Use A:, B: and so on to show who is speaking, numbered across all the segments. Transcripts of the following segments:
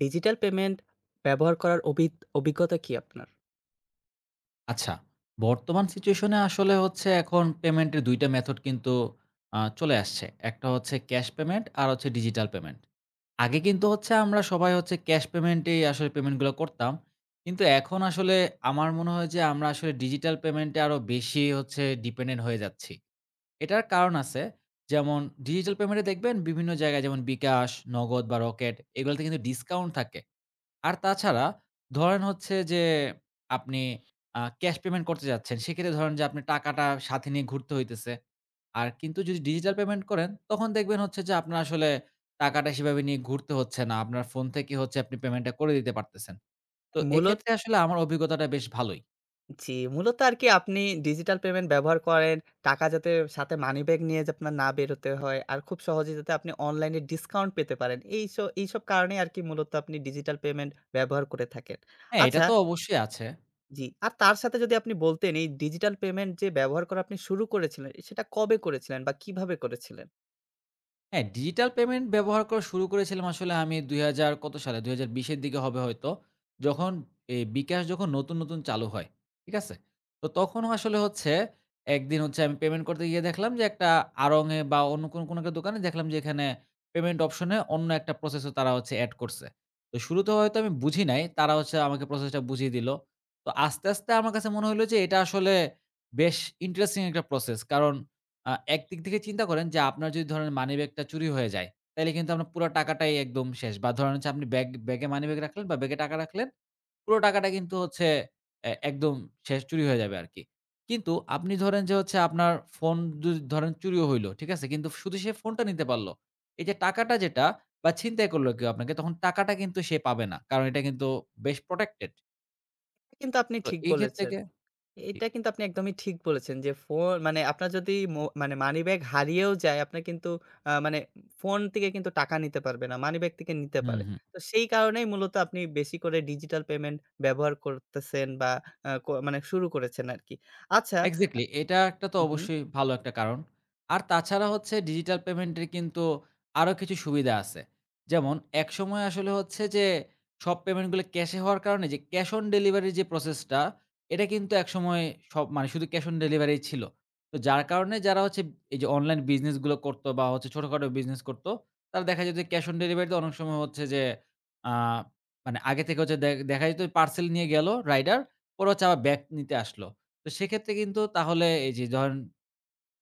A: Digital payment ব্যবহার করার অভিজ্ঞতা কি আপনার?
B: আচ্ছা, বর্তমান সিচুয়েশনে আসলে হচ্ছে এখন পেমেন্টের ২ টা মেথড কিন্তু চলে আসছে। একটা হচ্ছে ক্যাশ পেমেন্ট আর হচ্ছে ডিজিটাল পেমেন্ট। আগে কিন্তু হচ্ছে আমরা সবাই হচ্ছে ক্যাশ পেমেন্টেই আসলে পেমেন্টগুলো করতাম। কিন্তু এখন আসলে আমার মনে হয় যে আমরা আসলে ডিজিটাল পেমেন্টে আরো বেশি হচ্ছে ডিপেন্ডেন্ট হয়ে যাচ্ছি। এটার কারণ আছে। যেমন ডিজিটাল পেমেন্টে দেখবেন বিভিন্ন জায়গায় যেমন বিকাশ, নগদ বা রকেট এগুলাতে কিন্তু ডিসকাউন্ট থাকে। আর তাছাড়া ধরেন হচ্ছে যে আপনি ক্যাশ পেমেন্ট করতে যাচ্ছেন। সেক্ষেত্রে ধরেন যে আপনি টাকাটা সাথে নিয়ে ঘুরতে হইতেছে। আর কিন্তু যদি ডিজিটাল পেমেন্ট করেন তখন দেখবেন হচ্ছে যে আপনার আসলে টাকাটা সেভাবে নিয়ে ঘুরতে হচ্ছে না। আপনার ফোন থেকে হচ্ছে আপনি পেমেন্টটা করে দিতে পারতেছেন। তো
A: মূলত
B: এক্ষেত্রে আসলে আমার অভিজ্ঞতাটা বেশ ভালোই।
A: জি, মূলত আরকি আপনি ডিজিটাল পেমেন্ট ব্যবহার করেন, টাকা যাতে সাথে মানি ব্যাগ নিয়ে যাতে আপনার না বেরোতে হয়। আর খুব সহজে যাতে আপনি অনলাইনে ডিসকাউন্ট পেতে পারেন। এইসব কারণেই আরকি মূলত আপনি ডিজিটাল পেমেন্ট ব্যবহার করে থাকেন।
B: হ্যাঁ, এটা
A: আচ্ছা,
B: তো অবশ্যই আছে।
A: জি, আর তার সাথে যদি আপনি বলতেন এই ডিজিটাল পেমেন্ট যে ব্যবহার করা আপনি শুরু করেছিলেন, সেটা কবে করেছিলেন বা কিভাবে করেছিলেন?
B: হ্যাঁ, ডিজিটাল পেমেন্ট ব্যবহার করা শুরু করেছিলাম আসলে আমি ২০০০ কত সালে? ২০২০ এর দিকে হবে হয়তো। যখন এই বিকাশ যখন নতুন, নতুন চালু হয়। ঠিক আছে? তো তখনও আসলে হচ্ছে একদিন হচ্ছে আমি পেমেন্ট করতে গিয়ে দেখলাম যে একটা আড়ং এ বা অন্য কোনো একটা দোকানে দেখলাম যে এখানে পেমেন্ট অপশনে অন্য একটা প্রসেস ও তারা হচ্ছে এড করছে। তো শুরুতে হয়তো আমি বুঝি নাই। তারা হচ্ছে আমাকে প্রসেসটা বুঝিয়ে দিল। তো আস্তে, আস্তে আমার কাছে মনে হইল যে এটা আসলে বেশ ইন্টারেস্টিং একটা প্রসেস। কারণ একদিক থেকে চিন্তা করেন যে আপনার যদি ধরেন মানি ব্যাগটা চুরি হয়ে যায়, তাইলে কিন্তু আপনার পুরা টাকাটাই একদম শেষ। বা ধরেন হচ্ছে আপনি ব্যাগ ব্যাগে মানি ব্যাগ রাখলেন বা ব্যাগে টাকা রাখলেন। পুরো টাকাটা কিন্তু হচ্ছে একদম শেষ চুরি হয়ে যাবে আরকি। কিন্তু আপনি ধরেন যে হচ্ছে আপনার ফোন যদি ধরেন চুরিও হইল, ঠিক আছে? কিন্তু শুধু সে ফোনটা নিতে পারল। এই যে টাকাটা যেটা বা ছিনতাই করল কেউ আপনাকে তখন টাকাটা কিন্তু সে পাবে না। কারণ এটা কিন্তু বেশ প্রটেক্টেড।
A: কিন্তু আপনি
B: তো
A: ঠিক
B: এই ক্ষেত্রে
A: বলেছেন।
B: জি,
A: এটা কিন্তু আপনি একদমই ঠিক বলেছেন যে ফোন মানে আপনার যদি মানে মানিব্যাগ হারিয়েও যায়, আপনার কিন্তু মানে ফোন থেকে কিন্তু টাকা নিতে পারবে না। মানিব্যাগ থেকে নিতে
B: হুম,
A: পারে।
B: হুম।
A: তো সেই কারণেই মূলত আপনি বেশি করে ডিজিটাল পেমেন্ট ব্যবহার করতেছেন বা আ ক মানে শুরু করেছেন আরকি। আচ্ছা,
B: এক্সাক্টলি। এটা একটা তো
A: হুম। হুম।
B: অবশ্যই ভালো একটা কারণ। আর তাছাড়া হচ্ছে ডিজিটাল পেমেন্টের কিন্তু আরো কিছু সুবিধা আছে। যেমন একসময় আসলে হচ্ছে যে সব পেমেন্টগুলো ক্যাশে হওয়ার কারণে যে ক্যাশ অন ডেলিভারির যে প্রসেসটা, এটা কিন্তু একসময় সব মানে শুধু ক্যাশ অন ডেলিভারি ছিল। তো যার কারণে যারা হচ্ছে এই যে অনলাইন বিজনেস গুলো করত বা হচ্ছে ছোটখাটো বিজনেস করত, তারা দেখা যেত ক্যাশ অন ডেলিভারিতে অনেক সময় হচ্ছে যে আ মানে আগে থেকে হচ্ছে দেখা যেত পার্সেল নিয়ে গেল রাইডার, ওরা হচ্ছে আবার ব্যাক নিতে আসলো। তো সেক্ষেত্রে কিন্তু তাহলে এই যে ধরেন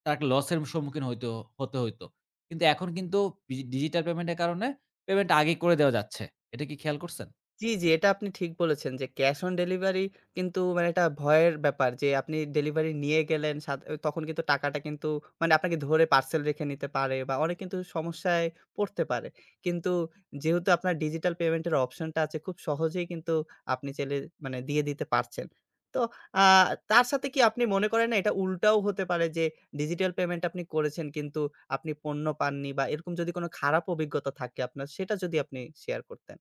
B: তাকে লসের সম্মুখীন হতে হইতো। কিন্তু এখন কিন্তু ডিজিটাল পেমেন্টের কারণে পেমেন্ট আগেই করে দেওয়া যাচ্ছে। এটা কি খেয়াল করছেন?
A: জি, জি, এটা আপনি ঠিক বলেছেন যে ক্যাশ অন ডেলিভারি কিন্তু মানে এটা ভয়ের ব্যাপার যে আপনি ডেলিভারি নিয়ে গেলেন, তখন কিন্তু টাকাটা কিন্তু মানে আপনাকে ধরে পার্সেল রেখে নিতে পারে বা অনেক কিন্তু সমস্যায় পড়তে পারে। কিন্তু যেহেতু আপনার ডিজিটাল পেমেন্টের অপশনটা আছে, খুব সহজেই কিন্তু আপনি চাইলে মানে দিয়ে দিতে পারছেন। তো আ তার সাথে কি আপনি মনে করেন না এটা উল্টাও হতে পারে যে ডিজিটাল পেমেন্ট আপনি করেছেন কিন্তু আপনি পণ্য পাননি, বা এরকম যদি কোনো খারাপ অভিজ্ঞতা থাকে আপনার, সেটা যদি আপনি শেয়ার করতেন?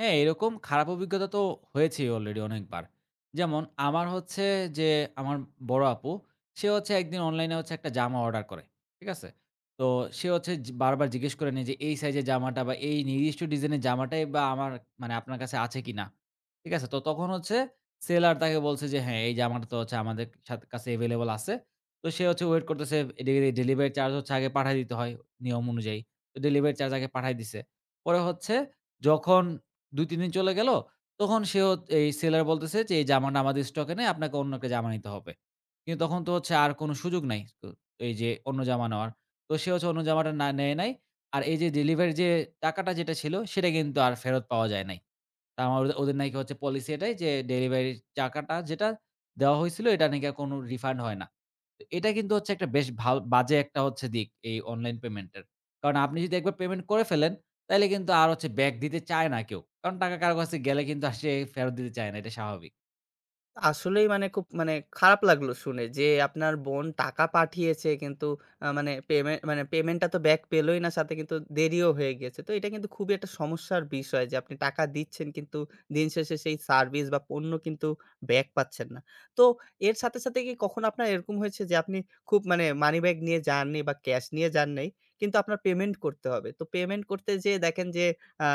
B: হ্যাঁ, এরকম খারাপ অভিজ্ঞতা তো হয়েছেই অলরেডি অনেকবার। যেমন আমার হচ্ছে যে আমার বড় আপু, সে হচ্ছে একদিন অনলাইনে হচ্ছে একটা জামা অর্ডার করে। ঠিক আছে? তো সে হচ্ছে জি বারবার জিজ্ঞেস করে নেয় যে, "এই সাইজের জামাটা বা এই নির্দিষ্ট ডিজাইনের জামাটাই বা আমার মানে আপনার কাছে আছে কিনা?" ঠিক আছে? তো তখন হচ্ছে সেলার তাকে বলছে যে, "হ্যাঁ, এই জামাটা তো হচ্ছে আমাদের সাথ কাছে এভেইলেবল আছে।" তো সে হচ্ছে ওয়েট করতেছে। ডে ডেলিভারি চার্জ হচ্ছে আগে পাঠায় দিতে হয় নিয়ম অনুযায়ী। তো ডেলিভারি চার্জ আগে পাঠায় দিছে। পরে হচ্ছে যখন ২-৩ দিন চলে গেল। তখন সে হত এই সেলার বলতেছে যে, "এই জামাটা আমাদের স্টকে নাই। আপনাকে অন্য একটা জামা নিতে হবে।" কিন্তু তখন তো হচ্ছে আর কোনো সুযোগ নাই। তো এই যে অন্য জামা নেওয়ার। তো সে হচ্ছে অন্য জামাটা না নেয় নাই। আর এই যে ডেলিভারির যে টাকাটা যেটা ছিল, সেটা কিন্তু আর ফেরত পাওয়া যায় নাই। তা আমার ওদের নাকি হচ্ছে পলিসি এটাই যে ডেলিভারির টাকাটা যেটা দেওয়া হয়েছিল, এটা নাকি আর কোনো রিফান্ড হয় না। তো এটা কিন্তু হচ্ছে একটা বেশ ভাল বাজে একটা হচ্ছে দিক এই অনলাইন পেমেন্টের। কারণ আপনি যদি একবার পেমেন্ট করে ফেলেন তাইলে কিন্তু আর হচ্ছে ব্যাক দিতে চায় না কেউ। কারণ টাকা কারো কাছে গেলে কিন্তু আর সে ফেরত দিতে চায় না। এটা স্বাভাবিক।
A: আসলেই মানে খুব মানে খারাপ লাগলো শুনে যে আপনার বোন টাকা পাঠিয়েছে কিন্তু মানে পেমেন্টটা তো ব্যাক পেলোই না, সাথে কিন্তু দেরিও হয়ে গিয়েছে। তো এটা কিন্তু খুবই একটা সমস্যার বিষয় যে আপনি টাকা দিচ্ছেন কিন্তু দিন শেষে সেই সার্ভিস বা পণ্য কিন্তু ব্যাক পাচ্ছেন না। তো এর সাথে, সাথে কি কখনো আপনার এরকম হয়েছে যে আপনি খুব মানে মানি ব্যাগ নিয়ে যাননি বা ক্যাশ নিয়ে যান নাই, কিন্তু আপনার পেমেন্ট করতে হবে। তো পেমেন্ট করতে যেয়ে দেখেন যে আ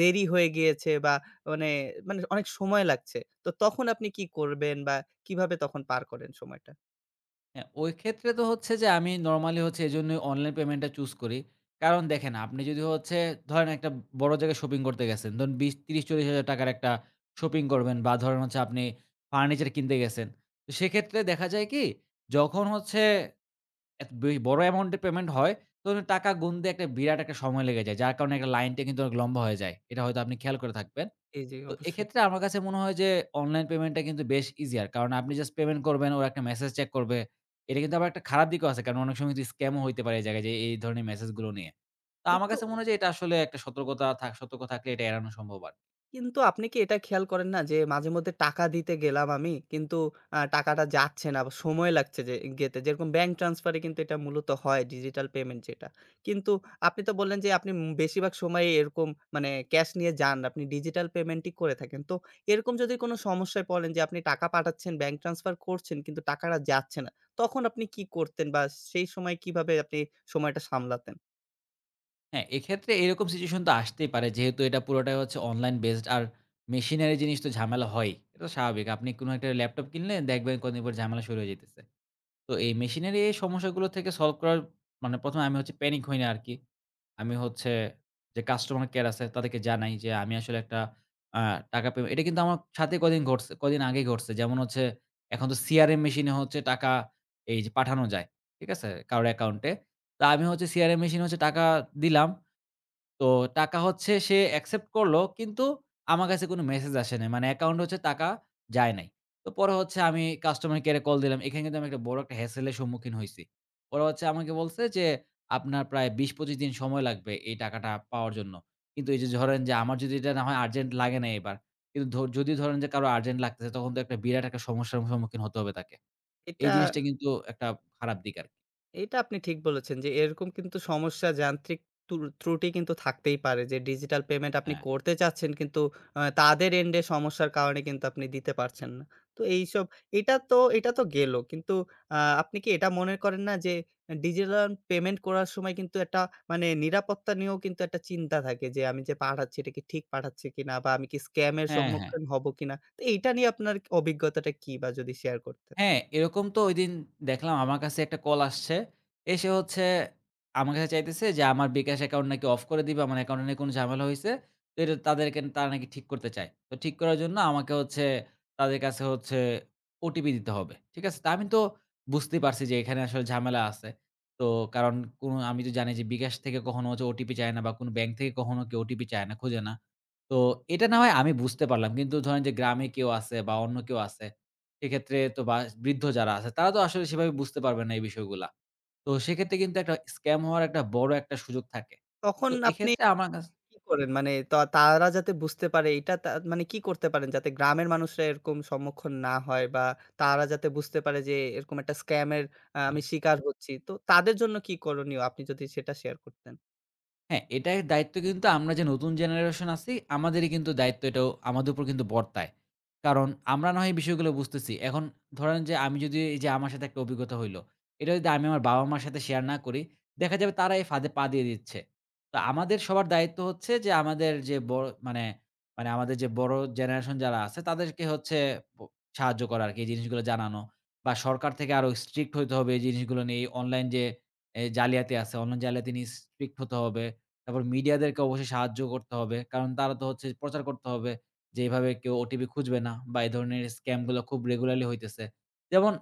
A: দেরি হয়ে গিয়েছে বা মানে, মানে অনেক সময় লাগছে। তো তখন আপনি কি করবেন বা কিভাবে তখন পার করেন সময়টা?
B: হ্যাঁ, ওই ক্ষেত্রে তো হচ্ছে যে আমি নরমালি হচ্ছে এজন্যই অনলাইন পেমেন্টটা চুজ করি। কারণ দেখেন আপনি যদি হচ্ছে ধরেন একটা বড় জায়গায় শপিং করতে গেছেন। ধরুন ২০, ৩০, ৳৪০,০০০ টাকার একটা শপিং করবেন বা ধরেন হচ্ছে আপনি ফার্নিচার কিনতে গেছেন। তো সেক্ষেত্রে দেখা যায় কি যখন হচ্ছে এত বড় অ্যামাউন্টের পেমেন্ট হয় তখন টাকা গুনতে একটা বিরাট একটা সময় লেগে যায়। যার কারণে একটা লাইনটা কিন্তু অনেক লম্বা হয়ে যায়। এটা হয়তো আপনি খেয়াল করে থাকবেন।
A: জি, জি,
B: তো
A: অবশ্যই।
B: এক্ষেত্রে আমার কাছে মনে হয় যে অনলাইন পেমেন্টটা কিন্তু বেশ ইজিয়ার। কারণ আপনি জাস্ট পেমেন্ট করবেন, ওরা একটা মেসেজ চেক করবে। এটা কিন্তু আবার একটা খারাপ দিকও আছে। কারণ অনেক সময় কিন্তু স্ক্যামও হইতে পারে এই জায়গায় যে এই ধরনের মেসেজগুলো নিয়ে। তো
A: এই
B: আমার
A: তো,
B: কাছে মনে হয় যে এটা আসলে একটা সতর্কতা সতর্ক থাকলে এটা এড়ানো সম্ভব আর।
A: কিন্তু আপনি কি এটা খেয়াল করেন না যে মাঝে মধ্যে টাকা দিতে গেলাম আমি কিন্তু টাকাটা যাচ্ছে না বা সময় লাগছে যে গেতে। যেরকম ব্যাংক ট্রান্সফারে কিন্তু এটা মূলত হয়, ডিজিটাল পেমেন্ট যেটা। কিন্তু আপনি তো বললেন যে আপনি বেশিরভাগ সময়ে এরকম মানে ক্যাশ নিয়ে যান না। আপনি ডিজিটাল পেমেন্টই করে থাকেন। তো এরকম যদি কোনো সমস্যায় পড়েন যে আপনি টাকা পাঠাচ্ছেন, ব্যাংক ট্রান্সফার করছেন, কিন্তু টাকাটা যাচ্ছে না। তখন আপনি কি করতেন বা সেই সময় কিভাবে আপনি সময়টা সামলাতেন?
B: হ্যাঁ, এক্ষেত্রে এরকম সিচুয়েশন তো আসতেই পারে। যেহেতু এটা পুরোটাই হচ্ছে অনলাইন বেসড আর মেশিনারি জিনিস তো ঝামেলা হয়ই। এটা তো স্বাভাবিক। আপনি কোনো একটা ল্যাপটপ কিনলেন দেখবেন কদিন পর ঝামেলা শুরু হয়ে যাইতেছে। তো এই মেশিনের এই সমস্যাগুলো থেকে সলভ করার মানে ১ম এ আমি হচ্ছে প্যানিক হই না আরকি। আমি হচ্ছে যে কাস্টমার কেয়ার আছে তাদেরকে জানাই যে আমি আসলে একটা আ টাকা এটা কিন্তু আমার সাথে কদিন ঘটছে কদিন আগেই ঘটছে। যেমন হচ্ছে এখন তো সিআরএম মেশিনে হচ্ছে টাকা এই যে পাঠানো যায়। ঠিক আছে? কারো অ্যাকাউন্টে। তো আমি হচ্ছে সিআরএম মেশিনে হচ্ছে টাকা দিলাম। তো টাকা হচ্ছে সে অ্যাকসেপ্ট করলো কিন্তু আমার কাছে কোনো মেসেজ আসে নাই। মানে অ্যাকাউন্টে হচ্ছে টাকা যায় নাই। তো পরে হচ্ছে আমি কাস্টমার কেয়ারে কল দিলাম। এখানে কিন্তু আমি একটা বড় একটা হ্যাসেল এর সম্মুখীন হইছি। ওরা হচ্ছে আমাকে বলছে যে, "আপনার প্রায় ২০-২৫ দিন সময় লাগবে এই টাকাটা পাওয়ার জন্য।" কিন্তু এই যে ধরেন যে আমার যদি এটা না হয় আর্জেন্ট লাগে নাই এবার। কিন্তু যদি ধরেন যে কারো আর্জেন্ট লাগতেছে তখন তো একটা বিরাট একটা সমস্যার সম্মুখীন হতে হবে তাকে। এই
A: এটা
B: জিনিসটা কিন্তু একটা খারাপ দিক আরকি।
A: এটা আপনি ঠিক বলেছেন যে এরকম কিন্তু সমস্যা, যান্ত্রিক ত্রুটি কিন্তু থাকতেই পারে, যে ডিজিটাল পেমেন্ট আপনি
B: হ্যাঁ,
A: করতে চাচ্ছেন কিন্তু তাদের এন্ডে সমস্যার কারণে কিন্তু আপনি দিতে পারছেন না। তো এটা তো এটা তো গেল। কিন্তু আ আপনি কি এটা মনে করেন না যে ডিজিটাল পেমেন্ট করার সময় কিন্তু একটা মানে নিরাপত্তা নিয়েও কিন্তু একটা চিন্তা থাকে, যে আমি যে পাঠাচ্ছি এটা কি ঠিক পাঠাচ্ছি কিনা বা আমি কি স্ক্যামের
B: হ্যাঁ, হ্যাঁ।
A: সম্মুখীন হব কিনা? তো এইটা নিয়ে আপনার অভিজ্ঞতাটা কি, বা যদি শেয়ার করতেন?
B: হ্যাঁ, এরকম তো ঐদিন দেখলাম আমার কাছে একটা কল আসছে। এসে হচ্ছে আমার কাছে চাইতেছে যে আমার বিকাশ অ্যাকাউন্ট নাকি অফ করে দিবে। আমার অ্যাকাউন্টে নাকি কোনো ঝামেলা হইছে। তো এটা তাদেরকে তারা নাকি ঠিক করতে চায়। তো ঠিক করার জন্য আমাকে হচ্ছে তাদের কাছে হচ্ছে ওটিপি দিতে হবে। ঠিক আছে? তো আমি তো বুঝতেই পারছি যে এখানে আসলে ঝামেলা আছে। তো কারণ আমি তো জানি যে বিকাশ থেকে কখনো হচ্ছে ওটিপি চায় না বা কোনো ব্যাংক থেকে কখনো কেউ ওটিপি চায় না, খোঁজে না। তো এটা না হয় আমি বুঝতে পারলাম। কিন্তু ধরেন যে গ্রামে কেউ আছে বা অন্য কেউ আছে সেক্ষেত্রে তো বা বৃদ্ধ যারা আছে তারা তো আসলে সেভাবে বুঝতে পারবে না এই বিষয়গুলা। তো সেক্ষেত্রে কিন্তু একটা স্ক্যাম হওয়ার একটা বড় একটা সুযোগ থাকে।
A: তখন
B: তো
A: আপনি
B: এক্ষেত্রে আমার কাছে
A: কি করেন? মানে তা তারা যাতে বুঝতে পারে এইটা, তা মানে কি করতে পারেন যাতে গ্রামের মানুষরা এরকম সম্মুখীন না হয়, বা তারা যাতে বুঝতে পারে যে এরকম একটা স্ক্যাম এর
B: হ্যাঁ।
A: আমি শিকার হচ্ছি। তো তাদের জন্য কি করণীয়? আপনি যদি সেটা শেয়ার করতেন।
B: হ্যাঁ, এটার দায়িত্ব কিন্তু আমরা যে নতুন জেনারেশন আছি, আমাদেরই কিন্তু দায়িত্ব এটাও আমাদের উপর কিন্তু বর্তায়। কারণ আমরা না হয় এই বিষয়গুলো বুঝতেছি। এখন ধরেন যে আমি যদি এই যে আমার সাথে একটা অভিজ্ঞতা হইলো, এটা যদি আমি আমার বাবা-মার সাথে শেয়ার না করি, দেখা যাবে তারা এই ফাঁদে পা দিয়ে দিচ্ছে। তো আমাদের সবার দায়িত্ব হচ্ছে যে আমাদের যে বড় মানে, মানে আমাদের যে বড় জেনারেশন যারা আছে তাদেরকে হচ্ছে ব সাহায্য করা আরকি এই জিনিসগুলো জানানো। বা সরকার থেকে আরো স্ট্রিক্ট হইতে হবে এই জিনিসগুলো নিয়ে। এই অনলাইন যে জালিয়াতি আছে, অনলাইন জালিয়াতি নিয়ে স্ট্রিক্ট হতে হবে। তারপর মিডিয়াদেরকে অবশ্যই সাহায্য করতে হবে। কারণ তারা তো হচ্ছে প্রচার করতে হবে যে এভাবে কেউ ওটিপি খুঁজবে না বা এই ধরনের স্কাম গুলা খুব রেগুলারলি হইতেছে। যেমন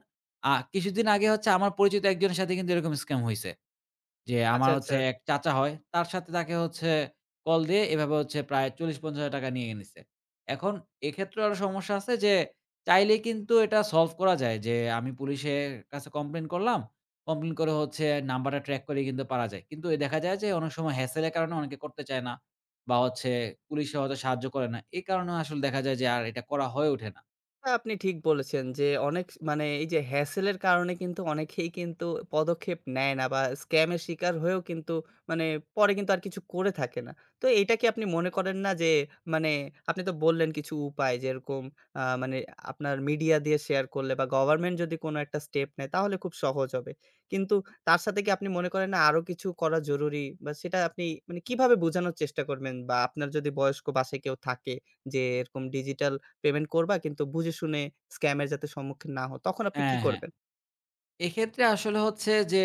B: কিছুদিন আগে হচ্ছে আমার পরিচিত একজনের সাথে কিন্তু এরকম স্কাম হইছে। যে
A: আচ্ছা,
B: আমার
A: আচ্ছা।
B: হচ্ছে এক চাচা হয়, তার সাথে তাকে হচ্ছে কল দিয়ে এভাবে হচ্ছে প্রায় ৳৪০,000-৳৫০,000 নিয়ে নিছে। এখন এক্ষেত্রে আরো সমস্যা আছে যে চাইলেই কিন্তু এটা সলভ করা যায় যে আমি পুলিশের কাছে কমপ্লেইন করলাম। কমপ্লেইন করে হচ্ছে নাম্বারটা ট্র্যাক করে কিন্তু পারা যায়। কিন্তু দেখা যায় যে অনেক সময় হ্যাসেল এর কারণে অনেকে করতে চায় না বা হচ্ছে পুলিশে হয়তো সাহায্য করে না। এই কারণেও আসলে দেখা যায় যে আর এটা করা হয়ে ওঠে না।
A: হ্যাঁ, আপনি ঠিক বলেছেন যে অনেক মানে এই যে হ্যাসেল এর কারণে কিন্তু অনেকেই কিন্তু পদক্ষেপ নেয় না, বা স্ক্যাম এর শিকার হয়েও কিন্তু মানে পরে কিন্তু আর কিছু করে থাকে না। তো এইটা কি আপনি মনে করেন না যে মানে আপনি তো বললেন কিছু উপায়, যেরকম মানে আপনার মিডিয়া দিয়ে শেয়ার করলে বা গভর্নমেন্ট যদি কোনো একটা স্টেপ নেয় তাহলে খুব সহজ হবে। কিন্তু তার সাথে কি আপনি মনে করেন না আরো কিছু করা জরুরি, বা সেটা আপনি মানে কিভাবে বোঝানোর চেষ্টা করবেন, বা আপনার যদি বয়স্ক বাসায় কেউ থাকে, যে এরকম ডিজিটাল পেমেন্ট করবা কিন্তু বুঝে শুনে, স্ক্যামের যাতে সম্মুখীন না হও। তখন আপনি কি
B: হ্যাঁ, হ্যাঁ।
A: করবেন?
B: এক্ষেত্রে আসলে হচ্ছে যে,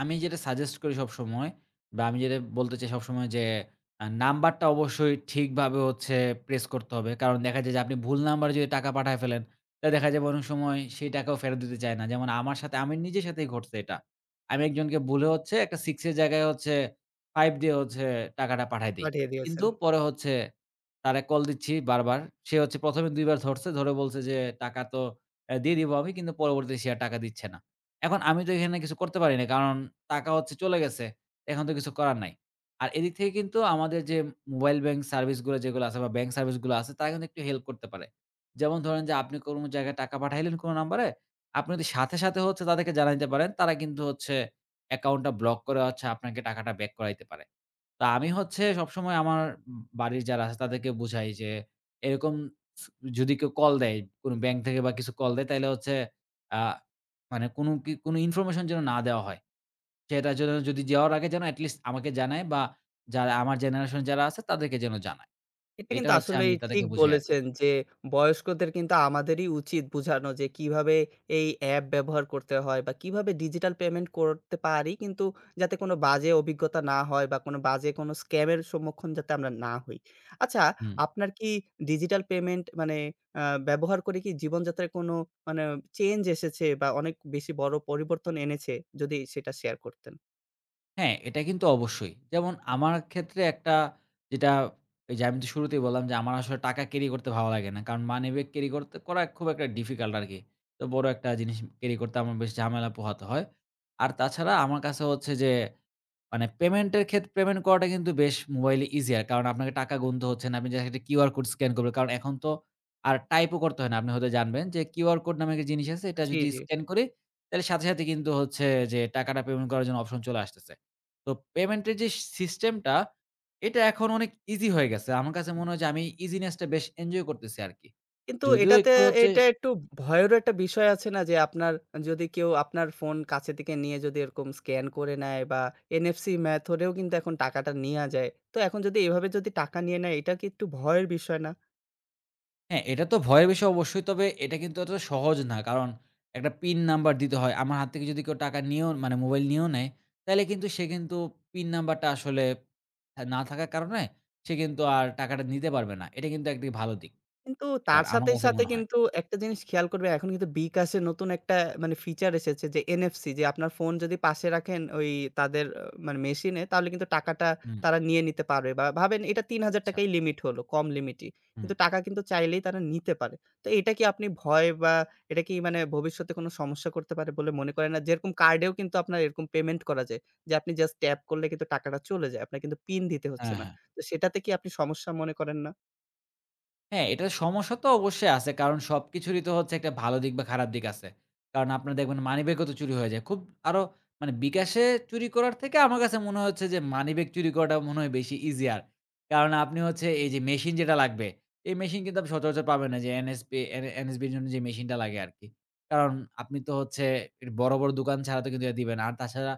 B: আমি যেটা সাজেস্ট করি সবসময় বা আমি যেটা বলতে চাই সবসময় যে, নাম্বারটা অবশ্যই ঠিকভাবে হচ্ছে প্রেস করতে হবে। কারণ দেখা যায় যে, আপনি ভুল নাম্বারে যদি টাকা পাঠায় ফেলেন, তাহলে দেখা যাবে অনেক সময় সেই টাকাও ফেরত দিতে চায় না। যেমন আমার সাথে আমি নিজের সাথেই ঘটছে এটা। আমি একজনকে ভুলে হচ্ছে একটা ৬ এর জায়গায় হচ্ছে ৫ দিয়ে হচ্ছে টাকাটা পাঠায় দেই।
A: পাঠিয়ে
B: কিন্তু
A: দিয়েছেন।
B: পরে হচ্ছে তারে কল দিচ্ছি বারবার। সে হচ্ছে ১ম এ ২ বার ধরছে। ধরে বলছে যে, "টাকা তো দিয়ে দিব আমি।" কিন্তু পরবর্তীতে সে আর টাকা দিচ্ছে না। এখন আমি তো এখানে কিছু করতে পারি না। কারণ টাকা হচ্ছে চলে গেছে। এখন তো কিছু করার নাই। আর এদিক থেকে কিন্তু আমাদের যে মোবাইল ব্যাংক সার্ভিস গুলো যেগুলো আছে বা ব্যাংক সার্ভিস গুলো আছে তারা কিন্তু একটু হেল্প করতে পারে। যেমন ধরেন যে আপনি কোন জায়গায় টাকা পাঠাইলেন কোন নাম্বারে, আপনি যদি সাথে, সাথে হচ্ছে তাদেরকে জানাইতে পারেন তারা কিন্তু হচ্ছে অ্যাকাউন্টটা ব্লক করে হচ্ছে আপনাকে টাকাটা ব্যাক করাইতে পারে। তো আমি হচ্ছে সবসময় আমার বাড়ির যারা আছে তাদেরকে বুঝাই যে, এরকম স যদি কেউ কল দেয়, কোন ব্যাংক থেকে বা কিছু কল দেয়, তাইলে হচ্ছে আ মানে কোন ইনফরমেশন যেন না দেওয়া হয়। সেটা যেন, যদি যাওয়ার আগে যেন এটলিস্ট আমাকে জানায়, বা যারা আমার জেনারেশন যারা আছে তাদেরকে যেন জানায়।
A: এটা
B: এটা
A: কিন্তু
B: হচ্ছে
A: আসলেই
B: আমি
A: ঠিক
B: তাদেরকে বুঝাই আরকি।
A: বলেছেন যে বয়স্কদের কিন্তু আমাদেরই উচিত বুঝানো যে কিভাবে এই অ্যাপ ব্যবহার করতে হয় বা কিভাবে ডিজিটাল পেমেন্ট করতে পারি, কিন্তু যাতে কোনো বাজে অভিজ্ঞতা না হয়, বা কোনো বাজে কোনো স্ক্যামের সম্মুখীন যাতে আমরা না হই। আচ্ছা,
B: হুম।
A: আপনার কি ডিজিটাল পেমেন্ট মানে আ ব্যবহার করে কি জীবনযাত্রায় কোনো মানে চেঞ্জ এসেছে, বা অনেক বেশি বড় পরিবর্তন এনেছে? যদি সেটা শেয়ার করতেন।
B: হ্যাঁ, এটা কিন্তু অবশ্যই। যেমন আমার ক্ষেত্রে একটা, যেটা, এই যে আমি তো শুরুতেই বললাম যে আমার আসলে টাকা ক্যারি করতে ভালো লাগে না। কারণ মানি ব্যাগ ক্যারি করতে করা খুব একটা ডিফিকাল্ট আরকি। তো বড় একটা জিনিস ক্যারি করতে আমার বেশ ঝামেলা পোহাতে হয়। আর তাছাড়া আমার কাছে হচ্ছে যে, মানে পেমেন্টের পেমেন্ট করাটা কিন্তু বেশ মোবাইলে ইজিয়ার। কারণ আপনাকে টাকা গুনতে হচ্ছে না। আপনি জাস্ট একটা কিউআর কোড স্ক্যান করবেন। কারণ এখন তো আর টাইপও করতে হয় না। আপনি হয়তো জানবেন যে কিউআর কোড নামে একটা জিনিস আছে। এটা
A: জি,
B: যদি
A: জি।
B: স্ক্যান করি, তাহলে সাথে, সাথে কিন্তু হচ্ছে যে টাকাটা পেমেন্ট করার জন্য অপশন চলে আসতেছে। তো পেমেন্টের যে সিস্টেমটা, এটা এখন অনেক ইজি হয়ে গেছে। আমার কাছে মনে হয় যে আমি ইজিনেসটা বেশ এনজয় করতেছি আরকি।
A: কিন্তু
B: যদিও
A: এটাতে
B: একটু হচ্ছে।
A: এটা একটু ভয়েরও একটা বিষয় আছে না, যে আপনার যদি কেউ আপনার ফোন কাছে থেকে নিয়ে যদি এরকম স্ক্যান করে নেয়, বা NFC মেথডেও কিন্তু এখন টাকাটা নেয়া যায়। তো এখন যদি এভাবে যদি টাকা নিয়ে নেয়, এটা কি একটু ভয়ের বিষয় না?
B: হ্যাঁ, এটা তো ভয়ের বিষয় অবশ্যই। তবে এটা কিন্তু এতটা সহজ না। কারণ একটা পিন নাম্বার দিতে হয়। আমার হাত থেকে যদি কেউ টাকা নিয়েও, মানে মোবাইল নিয়েও নেয়, তাইলে কিন্তু সে কিন্তু পিন নাম্বারটা আসলে না থাকার কারণে সে কিন্তু আর টাকাটা নিতে পারবে না। এটা কিন্তু একদিকে ভালো দিক।
A: কিন্তু তার
B: এটার আমার
A: সাথে,
B: কাছে
A: সাথে
B: মনে হয়।
A: কিন্তু একটা জিনিস খেয়াল করবে, এখন কিন্তু বিকাশে নতুন একটা মানে ফিচার এসেছে যে NFC, যে আপনার ফোন যদি পাশে রাখেন ওই তাদের মানে মেশিনে, তাহলে কিন্তু টাকাটা
B: হুম,
A: তারা নিয়ে নিতে পারবে, বা ভাবেন এটা ৳৩,000
B: আচ্ছা।
A: ই লিমিট হলো, কম লিমিটই।
B: হুম।
A: কিন্তু টাকা কিন্তু চাইলেই তারা নিতে পারে। তো এটা কি আপনি ভয়, বা এটা কি মানে ভবিষ্যতে কোনো সমস্যা করতে পারে বলে মনে করেন না? যেরকম কার্ডেও কিন্তু আপনার এরকম পেমেন্ট করা যায়। যে আপনি জাস্ট ট্যাপ করলে কিন্তু টাকাটা চলে যায়। আপনার কিন্তু পিন দিতে হচ্ছে
B: হ্যাঁ,
A: না।
B: হ্যাঁ।
A: তো সেটাতে কি আপনি সমস্যা মনে করেন না?
B: হ্যাঁ, এটার সমস্যা তো অবশ্যই আছে। কারণ সবকিছুরই তো হচ্ছে একটা ভালো দিক বা খারাপ দিক আছে। কারণ আপনার, দেখবেন মানিব্যাগও তো চুরি হয়ে যায়। খুব আরো, মানে বিকাশে চুরি করার থেকে আমার কাছে মনে হচ্ছে যে মানিব্যাগ চুরি করাটা মনে হয় বেশি ইজিয়ার। কারণ আপনি হচ্ছে, এই যে মেশিন যেটা লাগবে, এই মেশিন কিন্তু আপনি সচরাচর পাবেন না, যে NSP এন NSB-র জন্য যে মেশিনটা লাগে আরকি। কারণ আপনি তো হচ্ছে এর বড়, বড় দোকান ছাড়া তো কিন্তু এটা দিবে না। আর তাছাড়া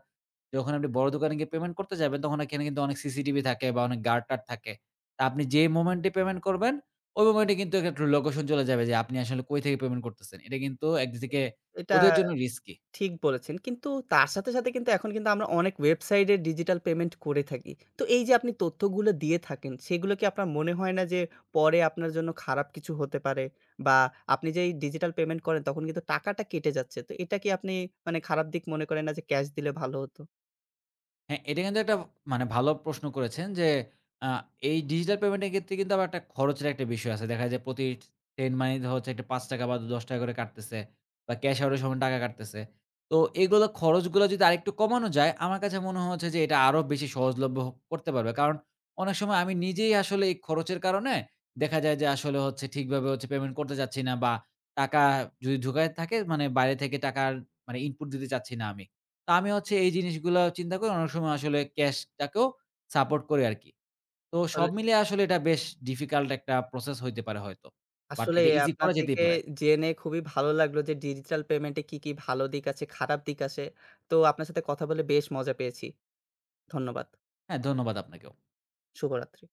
B: যখন আপনি বড় দোকানে গিয়ে পেমেন্ট করতে যাবেন, তখন এখানে কিন্তু অনেক সিসিটিভি থাকে বা অনেক গার্ড-টার্ড থাকে। তা আপনি যে মোমেন্টে পেমেন্ট করবেন, ওই মোমেন্টে কিন্তু একটা লোকেশন চলে যাবে যে আপনি আসলে কই থেকে পেমেন্ট করতেছেন। এটা কিন্তু একদিক থেকে
A: এটা
B: ওদের জন্য রিস্কি।
A: ঠিক বলেছেন। কিন্তু তার সাথে, সাথে কিন্তু এখন কিন্তু আমরা অনেক ওয়েবসাইটে ডিজিটাল পেমেন্ট করে থাকি। তো এই যে আপনি তথ্যগুলো দিয়ে থাকেন, সেগুলো কি আপনার মনে হয় না যে পরে আপনার জন্য খারাপ কিছু হতে পারে? বা আপনি যেই ডিজিটাল পেমেন্ট করেন তখন কিন্তু টাকাটা কেটে যাচ্ছে। তো এটা কি আপনি মানে খারাপ দিক মনে করেন না যে ক্যাশ দিলে ভালো হতো?
B: হ্যাঁ, এটা কিন্তু একটা, মানে ভালো প্রশ্ন করেছেন যে আ এই ডিজিটাল পেমেন্টের ক্ষেত্রে কিন্তু আবার একটা খরচের একটা বিষয় আছে। দেখা যায় প্রতি সেকেন্ড মানি হচ্ছে একটা ৳৫ বা ৳10 করে কাটতেছে, বা ক্যাশ আউটের সময় টাকা কাটতেছে। তো এগুলো খরচগুলো যদি আরেকটু কমানো যায়, আমার কাছে মনে হচ্ছে যে এটা আরো বেশি সহজলভ্য করতে পারবে। কারণ অনেক সময় আমি নিজেই আসলে এই খরচের কারণে দেখা যায় যে আসলে হচ্ছে ঠিকভাবে হচ্ছে পেমেন্ট করতে চাচ্ছি না, বা টাকা যদি ঢুকায় থাকে, মানে বাইরে থেকে টাকার, মানে ইনপুট দিতে চাচ্ছি না আমি। তো আমি হচ্ছে এই জিনিসগুলা চিন্তা করে অনেক সময় আসলে ক্যাশটাকেও সাপোর্ট করি আরকি। তো সব
A: আসলে
B: মিলিয়ে আসলে এটা বেশ ডিফিকাল্ট একটা প্রসেস হইতে পারে হয়তো। বাট
A: আসলে
B: এটা ইজি
A: আপনার
B: করা যেতেই
A: থেকে
B: পারে।
A: জেনে খুবই ভালো লাগলো যে ডিজিটাল পেমেন্টে কি কি ভালো দিক আছে, খারাপ দিক আছে। তো আপনার সাথে কথা বলে বেশ মজা পেয়েছি। ধন্যবাদ।
B: হ্যাঁ, ধন্যবাদ আপনাকেও।
A: শুভরাত্রি।